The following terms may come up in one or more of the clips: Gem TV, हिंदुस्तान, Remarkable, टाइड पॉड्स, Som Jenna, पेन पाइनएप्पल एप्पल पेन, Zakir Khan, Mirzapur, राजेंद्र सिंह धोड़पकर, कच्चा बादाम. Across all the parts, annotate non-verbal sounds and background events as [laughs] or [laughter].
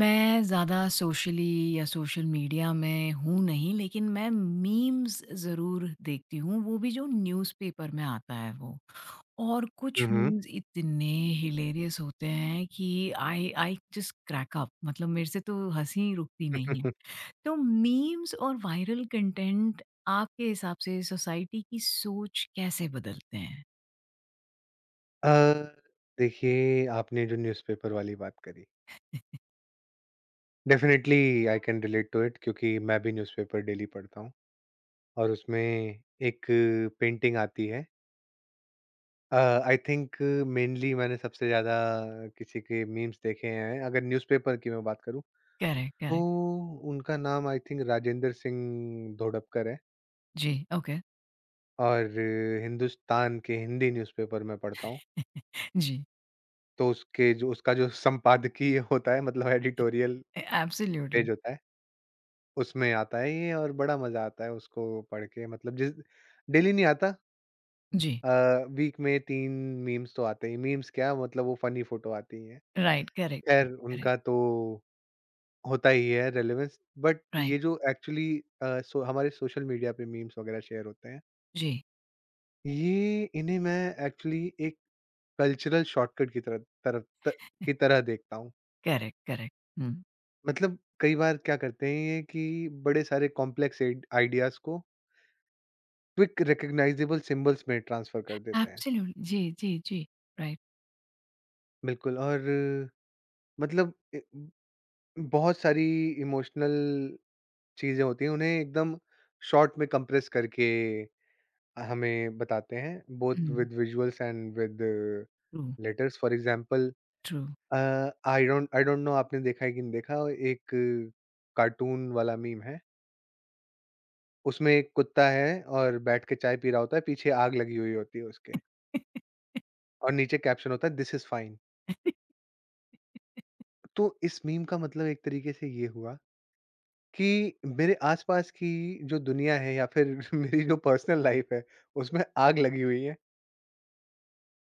मैं ज़्यादा socially या social media में हूँ नहीं, लेकिन मैं मीम्स ज़रूर देखती हूँ, वो भी जो न्यूज़पेपर में आता है वो। और कुछ हुँ, हुँ। मीम्स इतने हिलेरियस होते हैं कि I I just crack up, मतलब मेरे से तो हँसी रुकती नहीं है। [laughs] तो मीम्स और वायरल कंटेंट आपके हिसाब से सोसाइटी की सोच कैसे बदलते हैं? अ, देखिए आपने जो न्यूज़पेपर वाली बात करी, definitely I can relate to it क्योंकि मैं भी न्यूज़पेपर डेली पढ़ता हूँ और उसमें एक पेंटिंग आती है। आई थिंक मेनली मैंने सबसे ज़्यादा किसी के मीम्स देखे हैं अगर न्यूज़पेपर की मैं बात करूँ, करेक्ट, तो करेक्ट। उनका नाम आई थिंक राजेंद्र सिंह धोड़पकर है जी, ओके। और हिंदुस्तान के हिंदी न्यूज़पेपर मैं पढ़ता हूँ, [laughs] जी, तो उसके जो उसका जो संपादकीय होता है मतलब एडिटोरियल ए एब्सोल्युटली। पेज होता है उसमें आता है ये और बड़ा मज़ा आता है उसको पढ़ के मतलब जिस डेली नहीं आता। जी, वीक में 3 मीम्स तो आते ही। मीम्स क्या मतलब, वो फ़नी फ़ोटो आती ही हैं। राइट, करेक्ट, ख़ैर करेक्ट। उनका तो होता ही है रेलेवेंस, बट राइट, ये जो एक्चुअली सो हमारे सोशल मीडिया पे मीम्स वग़ैरह शेयर होते हैं, जी, ये इन्हें मैं एक्चुअली एक कल्चरल शॉर्टकट की तरह तरफ त की तरह देखता हूँ। करेक्ट, करेक्ट, हुँ, मतलब कई बार क्या करते हैं ये कि बड़े सारे कॉम्प्लेक्स एड आइडियाज़ को क्विक रिकॉग्नाइजेबल सिंबल्स में ट्रांसफर कर देते हैं। एब्सोल्यूटली, जी, जी, जी, राइट, बिल्कुल। और मतलब बहुत सारी इमोशनल चीज़ें होती हैं, उन्हें एकदम शॉर्ट में कंप्रेस करके हमें बताते हैं, both hmm, with visuals and with true, letters. For example true, uh, I don't know आपने देखा है कि नहीं देखा, एक कार्टून वाला मीम है। उसमें एक कुत्ता है और बैठ के चाय पी रहा होता है, पीछे आग लगी हुई होती है उसके और नीचे कैप्शन होता है, "दिस इज़ फाइन।" तो इस मीम का मतलब एक तरीके से ये हुआ कि मेरे आसपास की जो दुनिया है या फिर [laughs] मेरी जो पर्सनल लाइफ है, उसमें आग लगी हुई है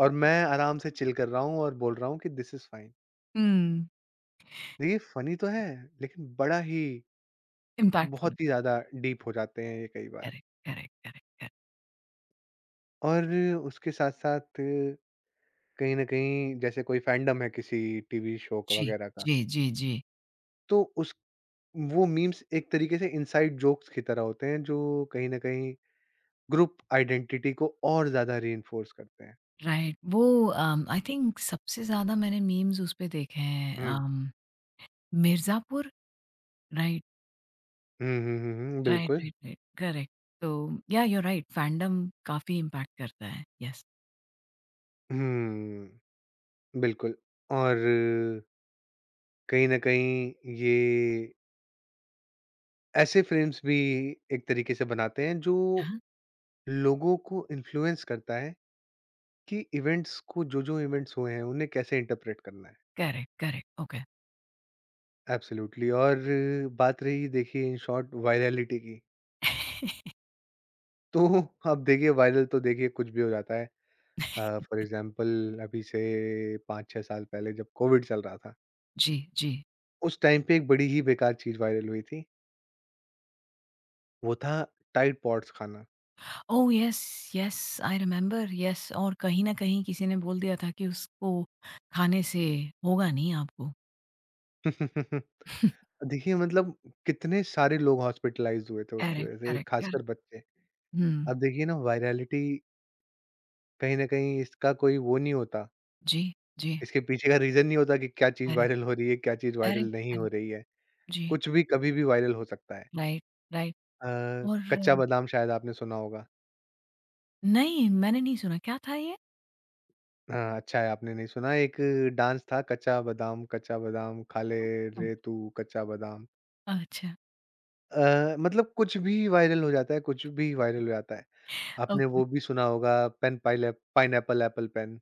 और मैं आराम से चिल कर रहा हूँ और बोल रहा हूँ कि दिस इज़ फाइन। हुँ, देखिए फ़नी तो है, लेकिन बड़ा ही, इम्पैक्टफुल, बहुत ही ज़्यादा डीप हो जाते हैं ये कई बार। करेक्ट, करेक्ट, करेक्ट, करेक्ट, और उसके साथ-साथ कहीं न कहीं जैसे कोई फैंडम है किसी टीवी [laughs] शो का जी, वगैरह का, जी, जी, जी, तो उस वो मीम्स एक तरीके से इनसाइड जोक्स की तरह होते हैं जो कहीं न कहीं ग्रुप आइडेंटिटी को और ज़्यादा रीइन्फोर्स करते हैं। राइट, वो आई थिंक सबसे ज़्यादा मैंने मीम्स उस पे देखे हैं हुँ। Mirzapur, right, hmm, hmm, hmm, hmm, right, बिल्कुल। राइट, राइट, करेक्ट, तो या यू आर राइट, फैंडम काफ़ी इम्पैक्ट करता है, येस, हुँ, बिल्कुल। और कहीं न कहीं ये ऐसे फ़्रेम्स भी एक तरीके से बनाते हैं जो हाँ, लोगों को इन्फ्लुएंस करता है कि इवेंट्स को, जो-जो इवेंट्स हुए हैं उन्हें कैसे इंटरप्रेट करना है। Correct, correct, okay, absolutely. और बात रही देखिए इन शॉर्ट वायरैलिटी की, [laughs] तो [laughs] अब देखिए वायरल तो देखिए कुछ भी हो जाता है। फॉर एग्ज़ाम्पल अभी से 5-6 साल पहले जब कोविड चल रहा था, जी, जी। उस टाइम पे एक बड़ी ही बेकार चीज़ वायरल हुई थी, वो था टाइड पॉड्स खाना। Oh! Yes, yes, I remember, yes, और कहीं न कहीं किसी ने बोल दिया था कि उसको खाने से होगा नहीं आपको। [laughs] [laughs] देखिए मतलब कितने सारे लोग हॉस्पिटलाइज़्ड हुए थे उसकी करेक्ट, वज़ह से, करेक्ट, करेक्ट। ख़ासकर बच्चे। हुँ, अब देखिए ना, वायरैलिटी कहीं न कहीं इसका कोई वो नहीं होता, जी, जी। इसके पीछे का रीज़न नहीं होता कि क्या चीज़ करेक्ट, वायरल हो रही है, क्या चीज़ वायरल करेक्ट, नहीं हो रही करेक्ट। है। जी, कुछ भी कभी भी वायरल हो सकता है। राइट, राइट अ, और कच्चा बादाम शायद आपने सुना होगा। नहीं, मैंने नहीं सुना, क्या था ये? हाँ, अच्छा है आपने नहीं सुना। एक डांस था, कच्चा बादाम खा ले रे तू कच्चा बादाम। अच्छा, मतलब कुछ भी वायरल हो जाता है, कुछ भी वायरल हो जाता है। आपने ओके। वो भी सुना होगा पेन पाइलैप pineapple apple apple pen,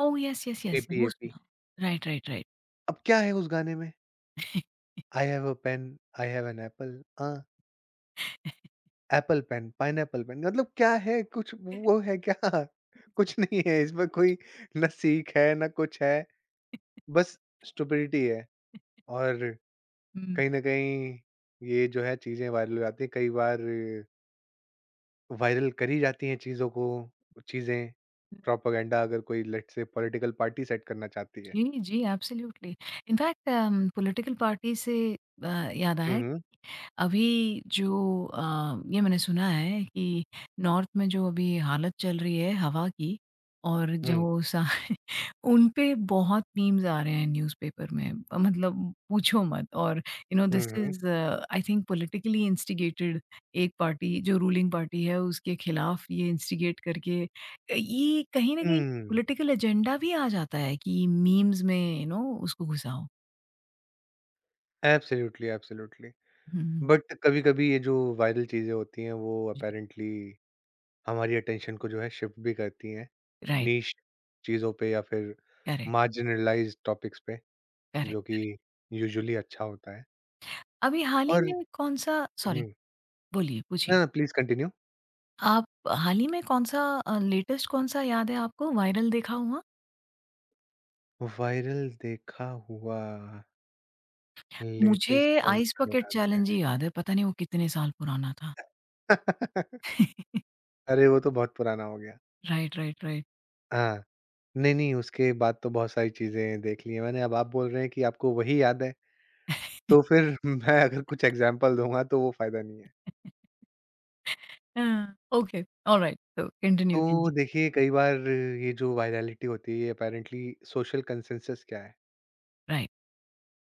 oh! Yes, yes, yes, वो एपी-एपी। सुना। Right, right, right. अब क्या है उस गाने में? [laughs] I have a pen, I have an apple, uh, apple pen, pineapple pen मतलब क्या है? कुछ वो है क्या? [laughs] कुछ नहीं है इसमें। कोई ना सीख है, ना कुछ है। बस स्टुपिडिटी है और हुँ, कहीं न कहीं ये जो है चीज़ें वायरल हो जाती हैं। कई बार वायरल करी जाती हैं चीज़ों को, चीज़ें, प्रोपेगेंडा, अगर कोई let's say political party set करना चाहती है। जी, जी, एब्सोल्युटली। इनफैक्ट पॉलिटिकल पार्टी से अ, याद हुँ, आया हुँ। अभी जो ये मैंने सुना है कि नॉर्थ में जो अभी हालत चल रही है हवा की और हुँ, जो सा [laughs] उन पे बहुत मीम्स आ रहे हैं न्यूज़पेपर में। मतलब पूछो मत। और you know, hmm, this hmm. Is I think politically instigated. एक पार्टी जो रूलिंग पार्टी है, उसके खिलाफ ये इंस्टिगेट करके, ये कहीं न कहीं हुँ। पॉलिटिकल एजेंडा भी आ जाता है कि मीम्स में यू नो उसको घुसाओ। Absolutely, absolutely. Hmm, hmm. But कभी-कभी ये जो वायरल चीज़ें होती हैं वो जी, अपैरेंटली हमारी अटेंशन को जो है शिफ्ट भी करती हैं, राइट, नीश चीज़ों पे या फिर करेक्ट, मार्जिनलाइज़्ड टॉपिक्स पे, जो कि करेक्ट। यूजुअली अच्छा होता है। अभी हाल ही और में कौन-सा सॉरी, हुँ। बोलिए, पूछिए। ना, ना प्लीज़ कंटिन्यू। आप हाल ही में कौन-सा लेटेस्ट कौन-सा याद है आपको वायरल देखा हुआ? वायरल देखा हुआ मुझे लेटेस्ट आइस कौन-सा बकेट याद है? चैलेंज ही याद है, पता नहीं वो कितने साल पुराना था। [laughs] [laughs] अरे वो तो बहुत पुराना हो गया। Right, right, right. हाँ, नहीं, उसके बाद तो बहुत सारी चीज़ें देख ली हैं मैंने। अब आप बोल रहे हैं कि आपको वही याद है, [laughs] तो फिर [laughs] मैं अगर कुछ एग्ज़ाम्पल दूँगा तो वो फ़ायदा नहीं है। हाँ, ओके, ऑलराइट, तो तो कंटिन्यू कीजिए। देखिए कई बार ये जो वायरलिटी होती है ये अपैरेंटली सोशल कंसेंसस क्या है, राइट,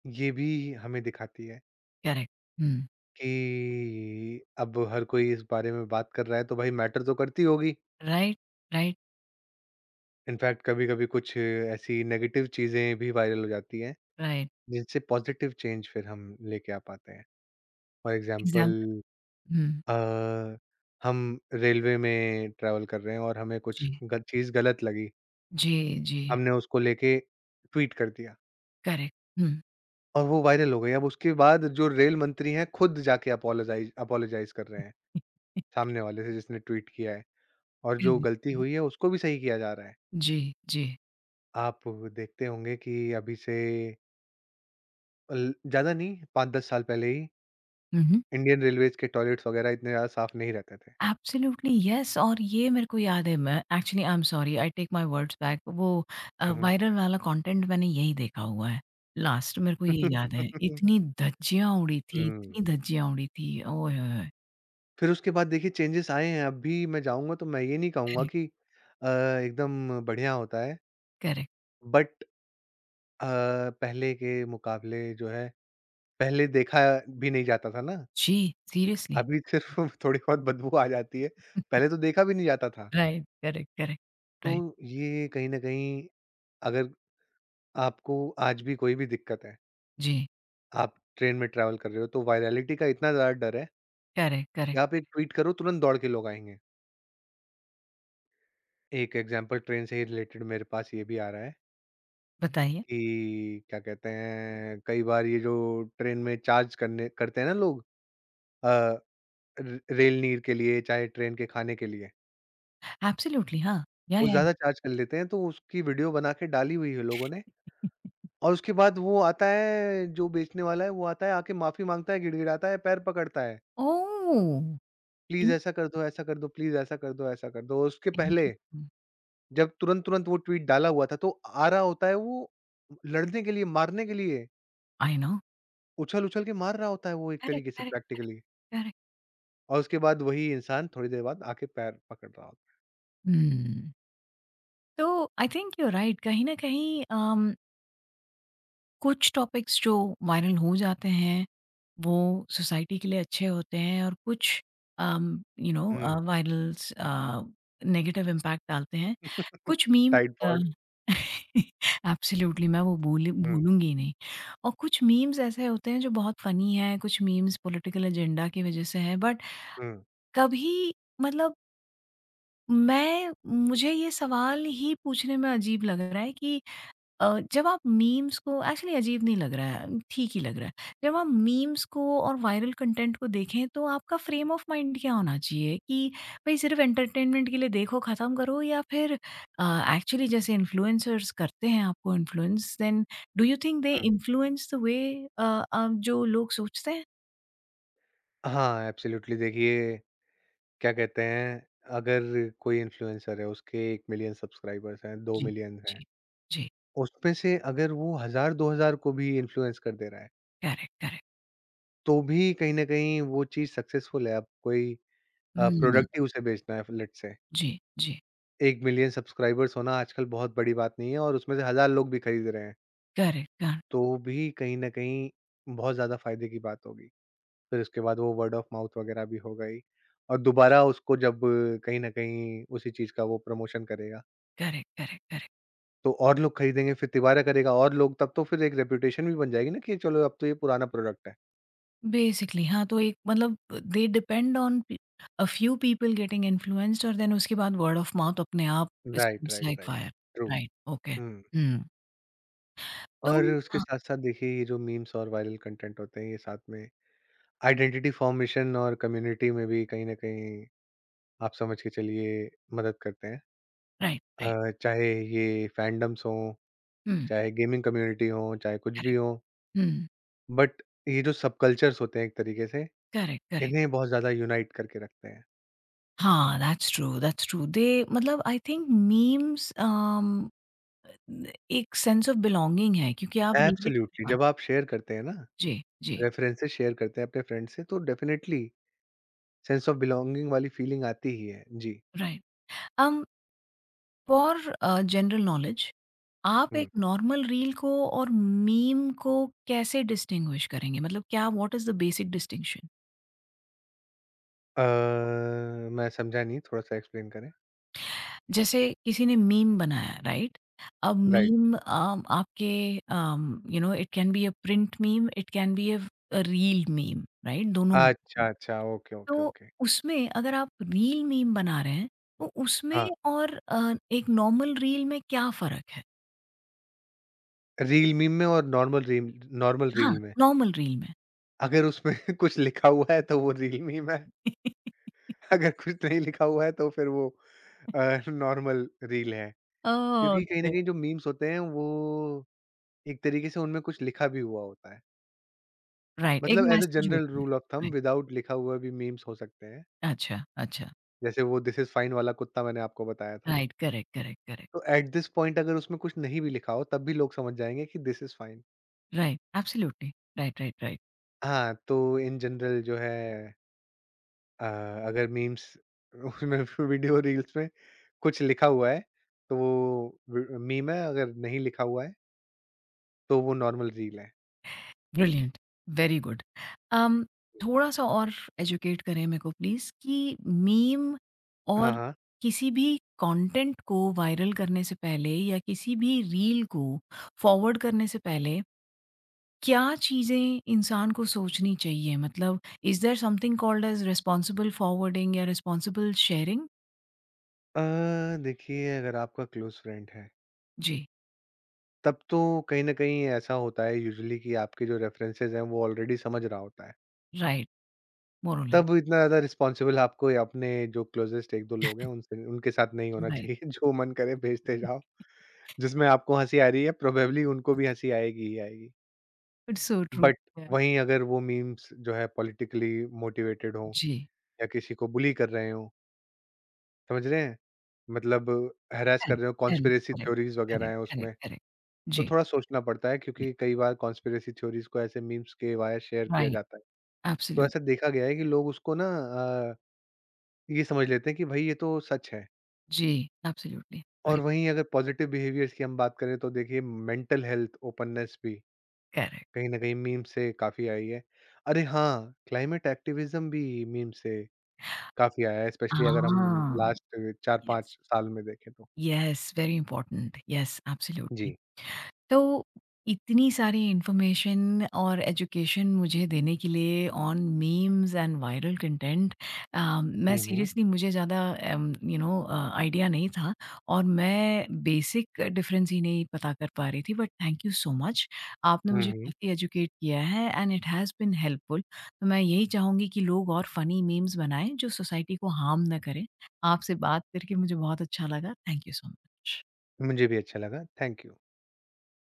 ये भी हमें दिखाती है करेक्ट, हुँ। कि अब हर कोई इस बारे में बात कर रहा है तो भाई मैटर तो करती होगी। राइट, राइट, इनफैक्ट कभी-कभी कुछ ऐसी नेगेटिव चीज़ें भी वायरल हो जाती हैं, राइट। जिनसे पॉज़िटिव चेंज फिर हम लेके आ पाते हैं। For example, example hmm, uh, हम रेलवे में ट्रैवल कर रहे हैं और हमें कुछ जी। ग चीज़ गलत लगी, जी, जी, हमने उसको लेके ट्वीट कर दिया करेक्ट, हुँ। और वो वायरल हो गई। अब उसके बाद जो रेल मंत्री हैं, खुद जाके अपोलोजाइज़ अपोलोजाइज़ कर रहे हैं, सामने वाले से जिसने ट्वीट किया है, और जो करेक्ट, गलती करेक्ट। हुई है, [laughs] उसको भी सही किया जा रहा है। जी, जी। आप देखते होंगे कि अभी से अल ज़्यादा नहीं, 5-10 साल पहले ही हुँ, हुँ। इंडियन रेलवेज़ के टॉयलेट्स वग़ैरह इतने ज़्यादा साफ़ नहीं रहते थे। Absolutely yes. और ये मेरे को याद है, मैं actually I am sorry, I take my words back. वो हुँ, हुँ। वायरल वाला कंटेंट मैंने यही देखा हुआ है। लास्ट मेरे को ये याद है, इतनी धज्जियां उड़ी थी, हुँ। [laughs] इतनी धज्जियां उड़ी थी ओए। फिर उसके बाद देखिए चेंजेज़ आए हैं, अब भी मैं जाऊँगा तो मैं ये नहीं कहूँगा करेक्ट, कि एकदम बढ़िया होता है, करेक्ट, बट अ, पहले के मुकाबले जो है, पहले देखा भी नहीं जाता था ना, जी, सीरियसली, अभी सिर्फ़ [laughs] थोड़ी बहुत बदबू आ जाती है, पहले तो देखा भी नहीं जाता था। राइट, करेक्ट, करेक्ट, तो राइट, ये कहीं न कहीं, अगर आपको आज भी कोई भी दिक्कत है, जी, आप ट्रेन में ट्रैवल कर रहे हो, तो वायरैलिटी का इतना ज़्यादा डर है करेक्ट, कि आप एक करेक्ट, ट्वीट करो, तुरंत दौड़ के लोग आएँगे। एक एग्ज़ाम्पल ट्रेन से ही रिलेटेड मेरे पास ये भी आ रहा है बताइए, कि क्या कहते हैं, कई बार ये जो ट्रेन में चार्ज करने करते हैं ना लोग, अ, र रेल नीर के लिए चाहे ट्रेन के खाने के लिए, एब्सोल्युटली हाँ, या वो या ज़्यादा चार्ज कर लेते हैं तो उसकी वीडियो बना के डाली हुई है लोगों ने और उसके बाद वो आता है जो बेचने वाला है, वो आता है आके माफ़ी माँगता है, गिड़गिड़ाता है, पैर पकड़ता है, ओह, "प्लीज़ ऐसा कर दो, प्लीज़ ऐसा कर दो, ऐसा कर दो।" उसके पहले इंटरेस्टिंग, जब तुरंत-तुरंत वो ट्वीट डाला हुआ था, तो आ रहा होता है वो लड़ने के लिए, मारने के लिए, आई नो, उछल-उछल के मार रहा होता है वो एक करेक्ट, तरीके से करेक्ट, प्रैक्टिकली, और उसके बाद वही इंसान थोड़ी देर बाद आके पैर पकड़ रहा होता है। करेक्ट। तो I think you are right, कहीं ना कहीं कुछ टॉपिक्स जो वायरल हो जाते हैं वो सोसाइटी के लिए अच्छे होते हैं और कुछ, you know, hmm, virals negative impact डालते हैं। कुछ मीम्स टाइड [laughs] पॉड। एब्सोल्युटली [laughs] मैं वो भूल हुँ, भूलूंगी ही नहीं, और कुछ मीम्स ऐसे होते हैं जो बहुत फनी हैं, कुछ मीम्स पॉलिटिकल एजेंडा की वजह से हैं, बट हुँ, कभी मतलब मैं मुझे ये सवाल ही पूछने में अजीब लग रहा है कि जब आप मीम्स को एक्चुअली अजीब नहीं लग रहा है, ठीक ही लग रहा है। जब आप मीम्स को और वायरल कंटेंट को देखें तो आपका फ्रेम ऑफ माइंड क्या होना चाहिए कि भई सिर्फ़ एंटरटेनमेंट के लिए देखो, ख़त्म करो, या फिर एक्चुअली जैसे इन्फ्लुएंसर्स करते हैं, आपको influence, then do you think they hmm. [laughs] Influence the way uh जो लोग सोचते हैं? हाँ, एब्सोल्युटली देखिए, क्या कहते हैं, अगर कोई इन्फ्लुएंसर है, उसके 1 मिलियन सब्सक्राइबर्स हैं, 2 जी, मिलियन हैं, जी, जी, उसमें से अगर वो 1000-2000 को भी इन्फ्लुएंस कर दे रहा है, करेक्ट, करेक्ट। तो भी कहीं न कहीं वो चीज़ सक्सेसफुल है। अब कोई हुँ, प्रोडक्ट ही उसे बेचना है फ let's say. Ji, 1 million subscribers होना आजकल बहुत बड़ी बात नहीं है और उसमें से हज़ार लोग भी खरीद रहे हैं, करेक्ट, करेक्ट, तो भी कहीं न कहीं बहुत ज़्यादा फ़ायदे की बात होगी। फिर उसके बाद वो वर्ड ऑफ माउथ वगैरह भी होगा ही, और जी, दोबारा उसको जब कहीं न कहीं उसी चीज़ का वो प्रमोशन करेगा, करेक्ट, करेक्ट, करेक्ट। तो और लोग खरीदेंगे, फिर तिबारा करेगा और लोग, तब तो फिर एक रेपुटेशन भी बन जाएगी ना कि चलो अब तो ये पुराना प्रोडक्ट है। बेसिकली हाँ, तो एक, मतलब दे डिपेंड ऑन पी, uh few people getting influenced, और देन उसके बाद वर्ड ऑफ माउथ अपने आप right, spreads right, like right. Fire. True. Right, okay. Hmm, hmm, तो और उसके हाँ, साथ-साथ देखिए ये जो मीम्स और वायरल कंटेंट होते हैं, ये साथ में आइडेंटिटी फॉर्मेशन और कम्युनिटी में भी कहीं न कहीं, आप समझ के चलिए, मदद करते हैं। Right, right. चाहे ये फैंडम्स हों, हुँ, चाहे गेमिंग कम्युनिटी हो, चाहे कुछ भी करेक्ट। हो, हुँ, बट ये जो सबकल्चर्स होते हैं एक तरीके से, करेक्ट, करेक्ट। इन्हें बहुत ज़्यादा यूनाइट करके रखते हैं। हाँ, that's true, that's true. They मतलब आई थिंक मीम्स एक सेंस ऑफ बिलॉन्गिंग है, क्योंकि आप रिलेट कर एब्सोल्युटली, पाते। जब आप शेयर करते हैं ना, जी, जी, रेफरेंसेस शेयर करते हैं अपने फ्रेंड से, तो डेफिनिटली सेंस ऑफ बिलॉन्गिंग वाली फीलिंग आती ही है। जी, right. Um, for general knowledge, आप एक हुँ। नॉर्मल रील को और मीम को कैसे डिस्टिंग्विश करेंगे? मतलब क्या, what is the basic distinction? Uh, मैं समझा नहीं, थोड़ा-सा एक्सप्लेन करें? जैसे किसी ने मीम बनाया, राइट? अब राइट, मीम, आपके you know, it can be a print meme, it can be a reel meme, right? दोनों होते अच्छा, हैं। अच्छा, ओके, ओके, तो ओके। उसमें अगर आप रील मीम बना रहे हैं, तो उसमें हाँ। और एक नॉर्मल रील में क्या फ़र्क है? रील मीम में और नॉर्मल हाँ, रील में। नॉर्मल रील में। अगर उसमें [laughs] कुछ लिखा हुआ है तो वो रील मीम है, [laughs] अगर कुछ नहीं लिखा हुआ है तो फिर वो नॉर्मल रील है। क्योंकि कहीं न ओके, कहीं जो मीम्स होते हैं वो एक तरीके से उनमें कुछ लिखा भी हुआ होता है। राइट, एक मतलब एज़ अ मैसेज जनरल होता है। Rule of thumb, right. Without लिखा हुआ भी मीम्स हो सकते हैं। अच्छा, अच्छा। जैसे वो दिस इज़ फाइन वाला कुत्ता मैंने आपको बताया था। Right. Correct, correct, correct. तो एट दिस पॉइंट अगर उसमें कुछ नहीं भी लिखा हो तब भी लोग समझ जाएँगे कि this is fine. Right. Absolutely. Right, right, right. हाँ, तो इन जनरल जो है, अ, अगर मीम्स, उसमें [laughs] वीडियो रील्स में कुछ लिखा हुआ है, तो वो व मीम है, अगर नहीं लिखा हुआ है, तो वो नॉर्मल रील है। Brilliant. Very good. Um, थोड़ा-सा और एजुकेट करें मेरे को प्लीज़ कि मीम हाँ, और हाँ। किसी भी कंटेंट को वायरल करने से पहले या किसी भी रील को फॉरवर्ड करने से पहले क्या चीज़ें इंसान को सोचनी चाहिए? मतलब is there something called as responsible forwarding या रिस्पांसिबल शेयरिंग? अ, देखिए अगर आपका क्लोज़ फ्रेंड है, जी। तब तो कहीं न कहीं ऐसा होता है यूजुअली कि आपके जो रेफरेंसेज़ हैं, वो ऑलरेडी समझ रहा होता है। राइट। More or less. तब इतना ज़्यादा रिस्पॉन्सिबल आपको या अपने जो क्लोज़ेस्ट 1-2 लोग हैं, उनसे उनके साथ नहीं होना राइट। चाहिए। [laughs] जो मन करे भेजते जाओ, जिसमें आपको हँसी आ रही है, प्रोबेबली उनको भी हँसी आएगी ही आएगी। It's so true. बट [laughs] वहीं अगर वो मीम्स जो है पॉलिटिकली मोटिवेटेड हो जी। या किसी को बुली कर रहे हो, समझ रहे हैं, मतलब हैरेस कर Correct, रहे हो, correct, कॉन्स्पिरेसी correct, थ्योरीज वगैरह correct, हैं correct, उसमें, correct. तो G, थोड़ा सोचना पड़ता है G. क्योंकि कई बार कॉन्स्पिरेसी थ्योरीज को ऐसे मीम्स के वाया शेयर किया Right. जाता है, तो Absolutely. ऐसा देखा गया है कि लोग उसको ना अ, ये समझ लेते हैं कि भाई ये तो सच है। G. Absolutely. और Right. वहीं अगर पॉजिटिव बिहेवियर्स की हम बात करें, तो देखिए मेंटल हेल्थ ओपननेस भी Correct. कहीं ना कहीं मीम से काफी आई है। अरे हाँ, क्लाइमेट एक्टिविज्म भी मीम से काफ़ी आया है, स्पेशली अगर हम Ah, लास्ट yes. 4-5 साल में देखें तो। Yes, very important. Yes, absolutely. जी। तो इतनी सारी इन्फॉर्मेशन और एजुकेशन मुझे देने के लिए on memes and viral content, मैं हुँ, हुँ। सीरियसली, मुझे ज़्यादा यू नो आइडिया नहीं था, और मैं बेसिक डिफरेंस ही नहीं पता कर पा रही थी, but thank you so much. आपने हुँ, मुझे हुँ। काफ़ी एजुकेट किया है and it has been helpful. तो मैं यही चाहूँगी कि लोग और फनी मीम्स बनाएं जो सोसाइटी को हार्म ना करें। आपसे बात करके मुझे बहुत अच्छा लगा, थैंक यू सो मच। मुझे भी अच्छा लगा, थैंक यू।